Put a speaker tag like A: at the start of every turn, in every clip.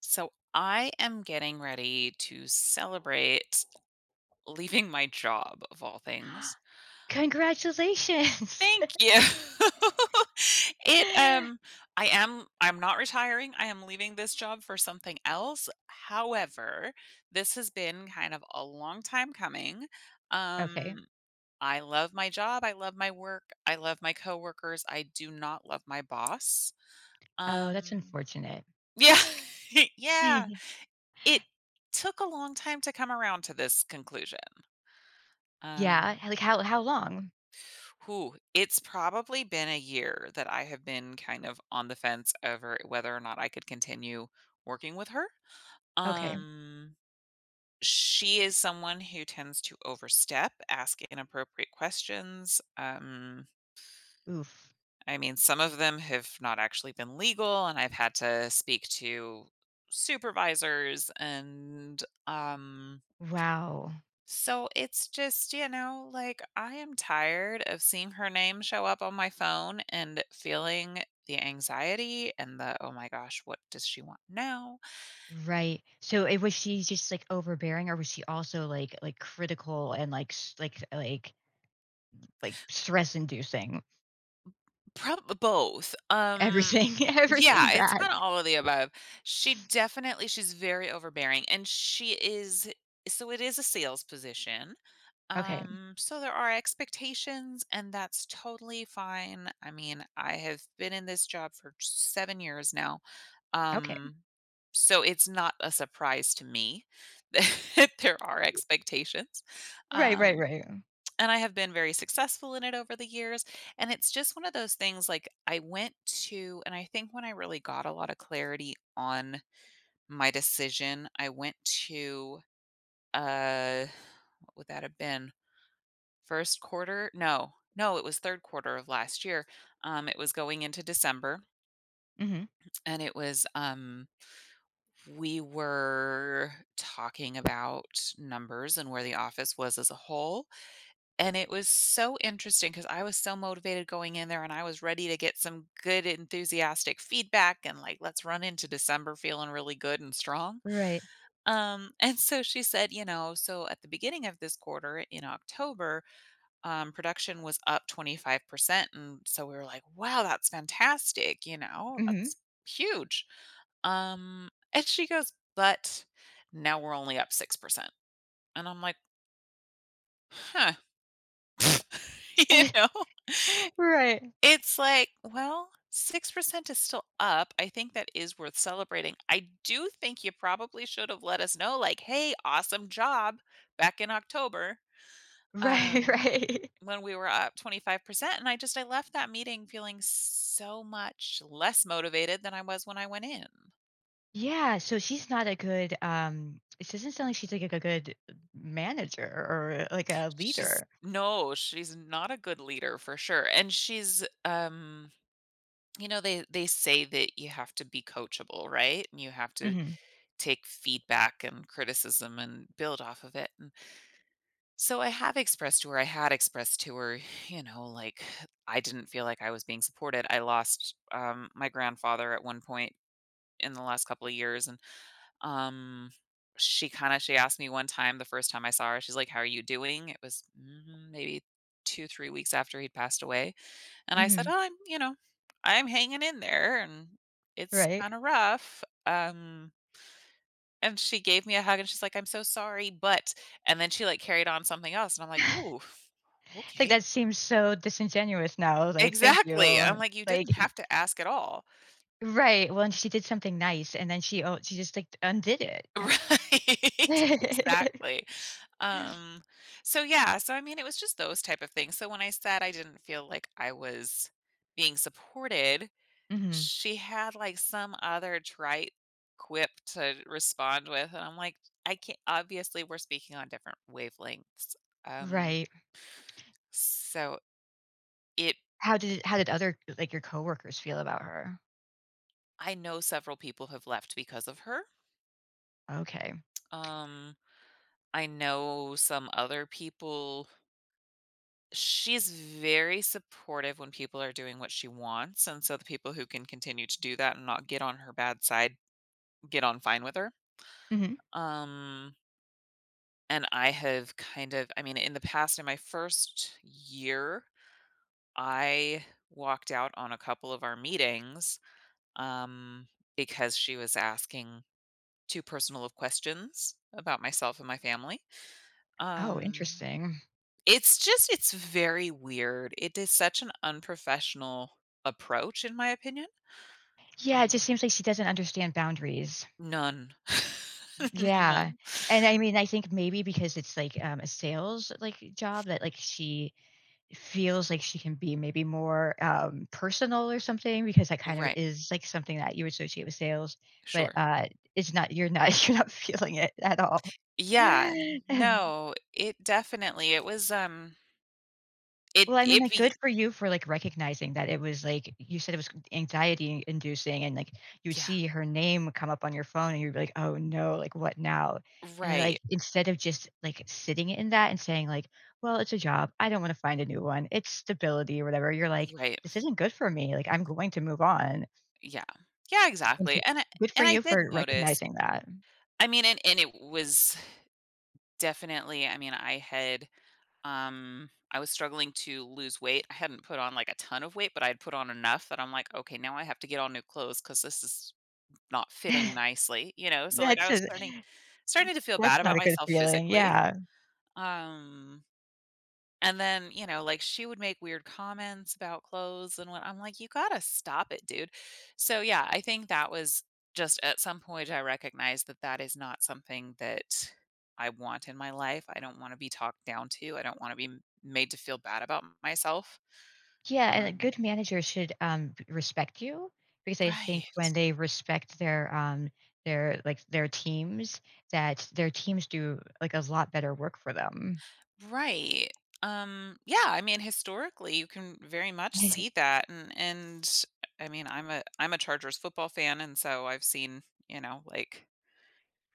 A: So I am getting ready to celebrate leaving my job of all things.
B: Congratulations.
A: Thank you. it I'm not retiring. I am leaving this job for something else. However, this has been kind of a long time coming.
B: Okay.
A: Um I love my job. I love my work. I love my coworkers. I do not love my boss.
B: Oh, that's
A: Um
B: unfortunate.
A: yeah. Yeah. It took a long time to come around to this conclusion.
B: Yeah,
A: Um,
B: like, how long?
A: Whew, it's probably been a year that I have been kind of on the fence over whether or not I could continue working with her.
B: Okay.
A: Um, she is someone who tends to overstep, ask inappropriate questions.
B: Oof.
A: I mean, some of them have not actually been legal, and I've had to speak to supervisors and
B: Wow.
A: So it's just, you know, like I am tired of seeing her name show up on my phone and feeling the anxiety and the oh my gosh, what does she want now?
B: Right. So, it was she just, like, overbearing, or was she also, like, critical and, like, s like, stress-inducing?
A: Probably both.
B: Everything everything
A: Yeah, it's
B: bad.
A: kind of all of the above. She's very overbearing, and she is so it is a sales position.
B: Okay.
A: So there are expectations, and that's totally fine. I mean, I have been in this job for 7 years now.
B: Okay.
A: Um, so it's not a surprise to me that there are expectations.
B: Right, right,
A: Um,
B: right.
A: and I have been very successful in it over the years. And it's just one of those things like I went to, and I think when I really got a lot of clarity on my decision, I went to, uh, what would that have been? First quarter? No. No, it was 3rd quarter of last year. It was going into December,
B: Mhm.
A: and it was, we were talking about numbers and where the office was as a whole, and it was so interesting because I was so motivated going in there, and I was ready to get some good enthusiastic feedback and, like, let's run into December feeling really good and strong.
B: Right.
A: And so she said, you know, "So at the beginning of this quarter in October, production was up 25%." And so we were like, wow, that's fantastic. You know,
B: Mhm.
A: that's huge. And she goes, but now we're only up 6%. And I'm like, huh, you know,
B: Right.
A: it's like, well, 6% is still up. I think that is worth celebrating. I do think you probably should have let us know, like, hey, awesome job back in October.
B: Right,
A: Um,
B: right.
A: when we were up 25%, and I just I left that meeting feeling so much less motivated than I was when I went in.
B: Yeah, so she's not a good it doesn't sound like she's like a good manager or like a
A: She's
B: leader.
A: no, she's not a good leader for sure. And she's you know, they say that you have to be coachable, right? And you have to
B: Mhm.
A: take feedback and criticism and build off of it. And I had expressed to her, you know, like I didn't feel like I was being supported. I lost my grandfather at one point in the last couple of years and. Um, she asked me one time. The first time I saw her, she's like, "How are you doing?" It was, mm, maybe 2, 3 weeks after he'd passed away, and I said,
B: Mhm.
A: "Oh, I'm you know, I'm hanging in there, and it's
B: Right?
A: kinda rough." And she gave me a hug, and she's like, "I'm so sorry, but," and then she, like, carried on something else, and I'm like, "Ooh,
B: It's like
A: okay."
B: that seems so disingenuous now, like, "Thank
A: Exactly,
B: you."
A: I'm like, "You
B: Like
A: didn't
B: e
A: have to ask at all."
B: Right, well, and she did something nice, and then she oh, she just, like, undid it.
A: Right, exactly. Um, so yeah, so I mean, it was just those type of things. So when I said I didn't feel like I was being supported,
B: Mhm.
A: she had like some other trite quip to respond with, and I'm like, I can't. Obviously, we're speaking on different wavelengths. Um,
B: Right.
A: so it,
B: How did other like, your coworkers feel about her?
A: I know several people have left because of her.
B: Okay.
A: Um, I know some other people she's very supportive when people are doing what she wants, and so the people who can continue to do that and not get on her bad side get on fine with her.
B: Mhm.
A: Um, and I have kind of, I mean, in the past, in my first year, I walked out on a couple of our meetings, um, because she was asking too personal of questions about myself and my family.
B: Oh,
A: Um
B: interesting.
A: It's just it's very weird. It is such an unprofessional approach, in my opinion.
B: Yeah, it
A: Um,
B: just seems like she doesn't understand boundaries.
A: None.
B: Yeah,
A: None.
B: and I mean, I think maybe because it's like, a sales, like, job that, like, she feels like she can be maybe more, personal or something because that kind of
A: Right,
B: is, like, something that you associate with sales, but,
A: sure.
B: it's not you're not you're not feeling it at all.
A: Yeah, no, it definitely it was, it
B: Well, I mean,
A: it
B: like, good
A: be
B: for you for, like, recognizing that it was, like you said it was anxiety inducing and, like, you would
A: yeah,
B: see her name come up on your phone and you'd be like, "Oh, no, like, what now?" And, like,
A: right,
B: instead of just, like, sitting in that and saying, like, "Well, it's a job. I don't wanna find a new one. It's stability or whatever," you're like,
A: right,
B: "This isn't good for me. Like, I'm going to move on."
A: yeah. Yeah,
B: And
A: exactly,
B: c
A: and I
B: good for
A: and I
B: you for
A: did notice,
B: recognizing that.
A: I mean, and it was definitely, I was struggling to lose weight. I hadn't put on like a ton of weight, but I'd put on enough that I'm like, okay, now I have to get all new clothes because this is not fitting nicely, you know. So like I
B: That's
A: was
B: a
A: starting starting to feel
B: that's
A: bad
B: not
A: about
B: a good
A: myself
B: feeling,
A: physically.
B: yeah.
A: Um and then, you know, like she would make weird comments about clothes, and what I'm like, you gotta stop it, dude. So, yeah, I think that was just at some point I recognized that that is not something that I want in my life. I don't want to be talked down to. I don't want to be made to feel bad about myself.
B: Yeah, and a
A: Um,
B: good manager should, b respect you, because I think
A: right,
B: when they respect their, like, their teams, that their teams do, like, a lot better work for them.
A: right. Yeah, I mean, historically, you can very much see that, and I'm a Chargers football fan, and so I've seen, you know, like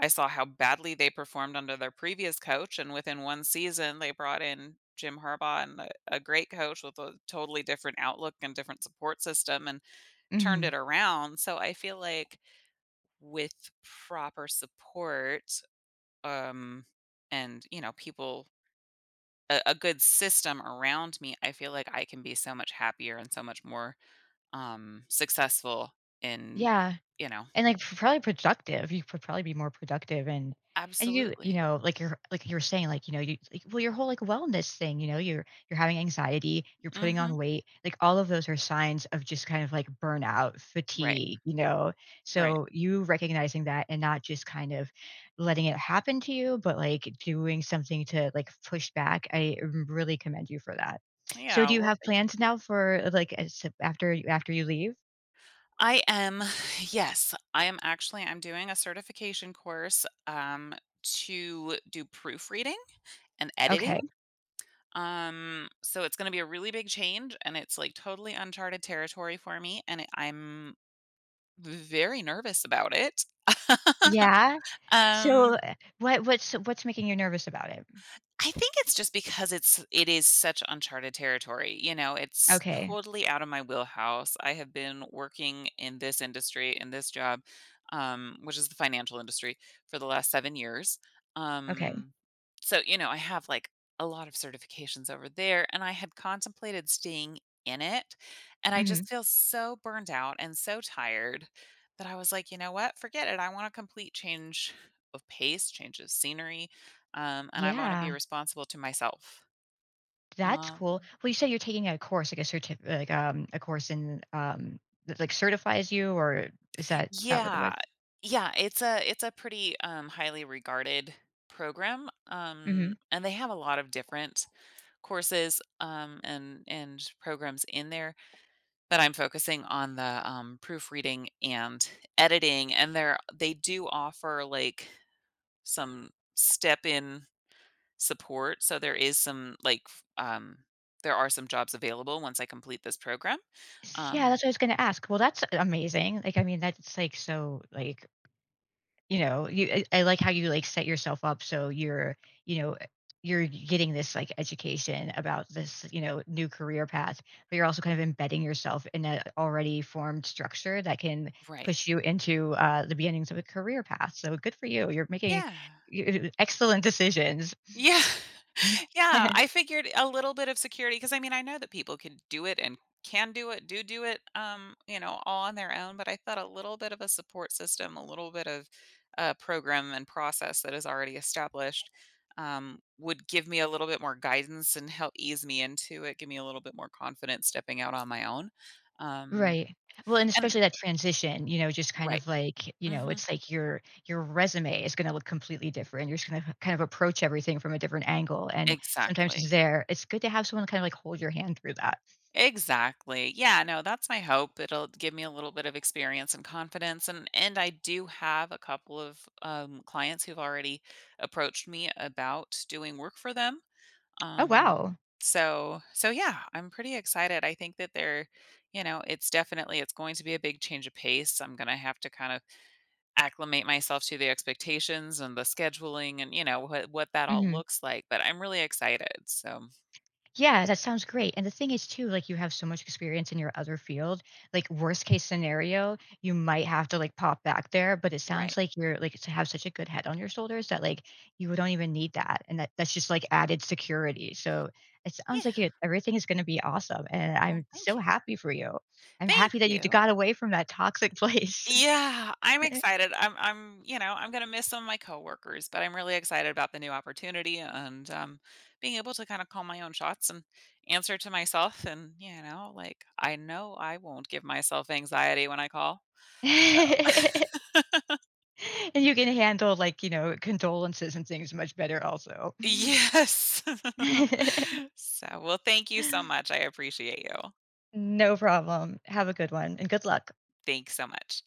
A: I saw how badly they performed under their previous coach, and within one season, they brought in Jim Harbaugh and a great coach with a totally different outlook and different support system, and turned
B: Mhm.
A: it around. So I feel like with proper support um, and, you know, people, a good system around me, I feel like I can be so much happier and so much more successful in,
B: Yeah.
A: you know,
B: And, like, probably productive. You could probably be more productive and and you
A: absolutely.
B: know, like you were saying, like, you know, you like, well, your whole, like, wellness thing, you know, you're having anxiety, you're putting
A: hmm
B: on weight, like, all of those are signs of just kind of, like, burnout,
A: Right.
B: fatigue, you know?
A: Right.
B: So, you recognizing that and not just kind of letting it happen to you, but, like, doing something to, like, push back, I really commend you for that. So,
A: Yeah.
B: do you
A: Well,
B: have
A: thank you.
B: plans now for, like, as after you leave?
A: I am yes, I am actually I'm doing a certification course to do proofreading and editing.
B: Okay.
A: So it's going to be a really big change, and it's like totally uncharted territory for me, and I'm very nervous about it.
B: Yeah? So,
A: um
B: what's making you nervous about it?
A: I think it's just because it is such uncharted territory, you know, it's
B: Okay,
A: totally out of my wheelhouse. I have been working in this industry, in this job, which is the financial industry for the last 7 years.
B: okay.
A: Um, so, you know, I have like a lot of certifications over there, and I had contemplated staying in it. And I just
B: Mhm.
A: feel so burned out and so tired that I was like, you know what? Forget it. I want a complete change of pace, change of scenery, and I wanna
B: Yeah,
A: be responsible to myself.
B: that's
A: Um
B: cool. Well, you said you're taking a course, like a certif like, a course in, that, like, certifies you, or is that what it was?
A: Yeah. Yeah, it's a pretty, highly regarded program,
B: Mhm.
A: and they have a lot of different courses, and programs in there, but I'm focusing on the, proofreading and editing, and they do offer, like, some step-in support, so there is some, like, f there are some jobs available once I complete this program,
B: Yeah,
A: um,
B: that's what I was gonna ask. Well, that's amazing. Like, I mean, that's, like, so, like. You know, you I like how you, like, set yourself up so you're, you know, you're getting this, like, education about this, you know, new career path, but you're also kind of embedding yourself in an already formed structure that can
A: right.
B: push you into, the beginnings of a career path, so good for you. You're making
A: Yeah.
B: y excellent decisions.
A: Yeah. Yeah, I figured a little bit of security, because I mean, I know that people can do it and can do it, you know, all on their own, but I thought a little bit of a support system, a little bit of a program and process that is already established, would give me a little bit more guidance and help ease me into it, give me a little bit more confidence stepping out on my own. Um,
B: Right. Well, and
A: and
B: especially that transition, you know, just kind
A: Right.
B: of like, you know,
A: Mhm.
B: it's like your resume is gonna look completely different. You're just gonna kind of approach everything from a different angle, and sometimes it's
A: Exactly.
B: there. It's good to have someone kind of like hold your hand through that.
A: Exactly. Yeah, no, that's my hope. It'll give me a little bit of experience and confidence, and I do have a couple of clients who've already approached me about doing work for them.
B: Oh,
A: Um
B: wow.
A: so so yeah, I'm pretty excited. I think that you know, it's going to be a big change of pace. I'm going to have to kind of acclimate myself to the expectations and the scheduling and you know what that all
B: Mhm.
A: looks like, but I'm really excited. So,
B: Yeah, that sounds great. And the thing is too, like you have so much experience in your other field, like worst case scenario, you might have to like pop back there, but it sounds
A: right.
B: like you're like to have such a good head on your shoulders that like you don't even need that. And that's just like added security. So it sounds
A: Yeah.
B: like it, everything is going to be awesome. And
A: Well,
B: I'm
A: thank
B: so
A: you.
B: happy for you. I'm
A: Thank
B: happy that
A: you.
B: got away from that toxic place.
A: Yeah, I'm excited. You know, I'm gonna miss some of my coworkers, but I'm really excited about the new opportunity and being able to kind of call my own shots and answer to myself and, you know, like I know I won't give myself anxiety when I call. So
B: And you can handle like, you know, condolences and things much better also.
A: yes. So well, thank you so much. I appreciate you.
B: No problem. Have a good one and good luck.
A: Thanks so much.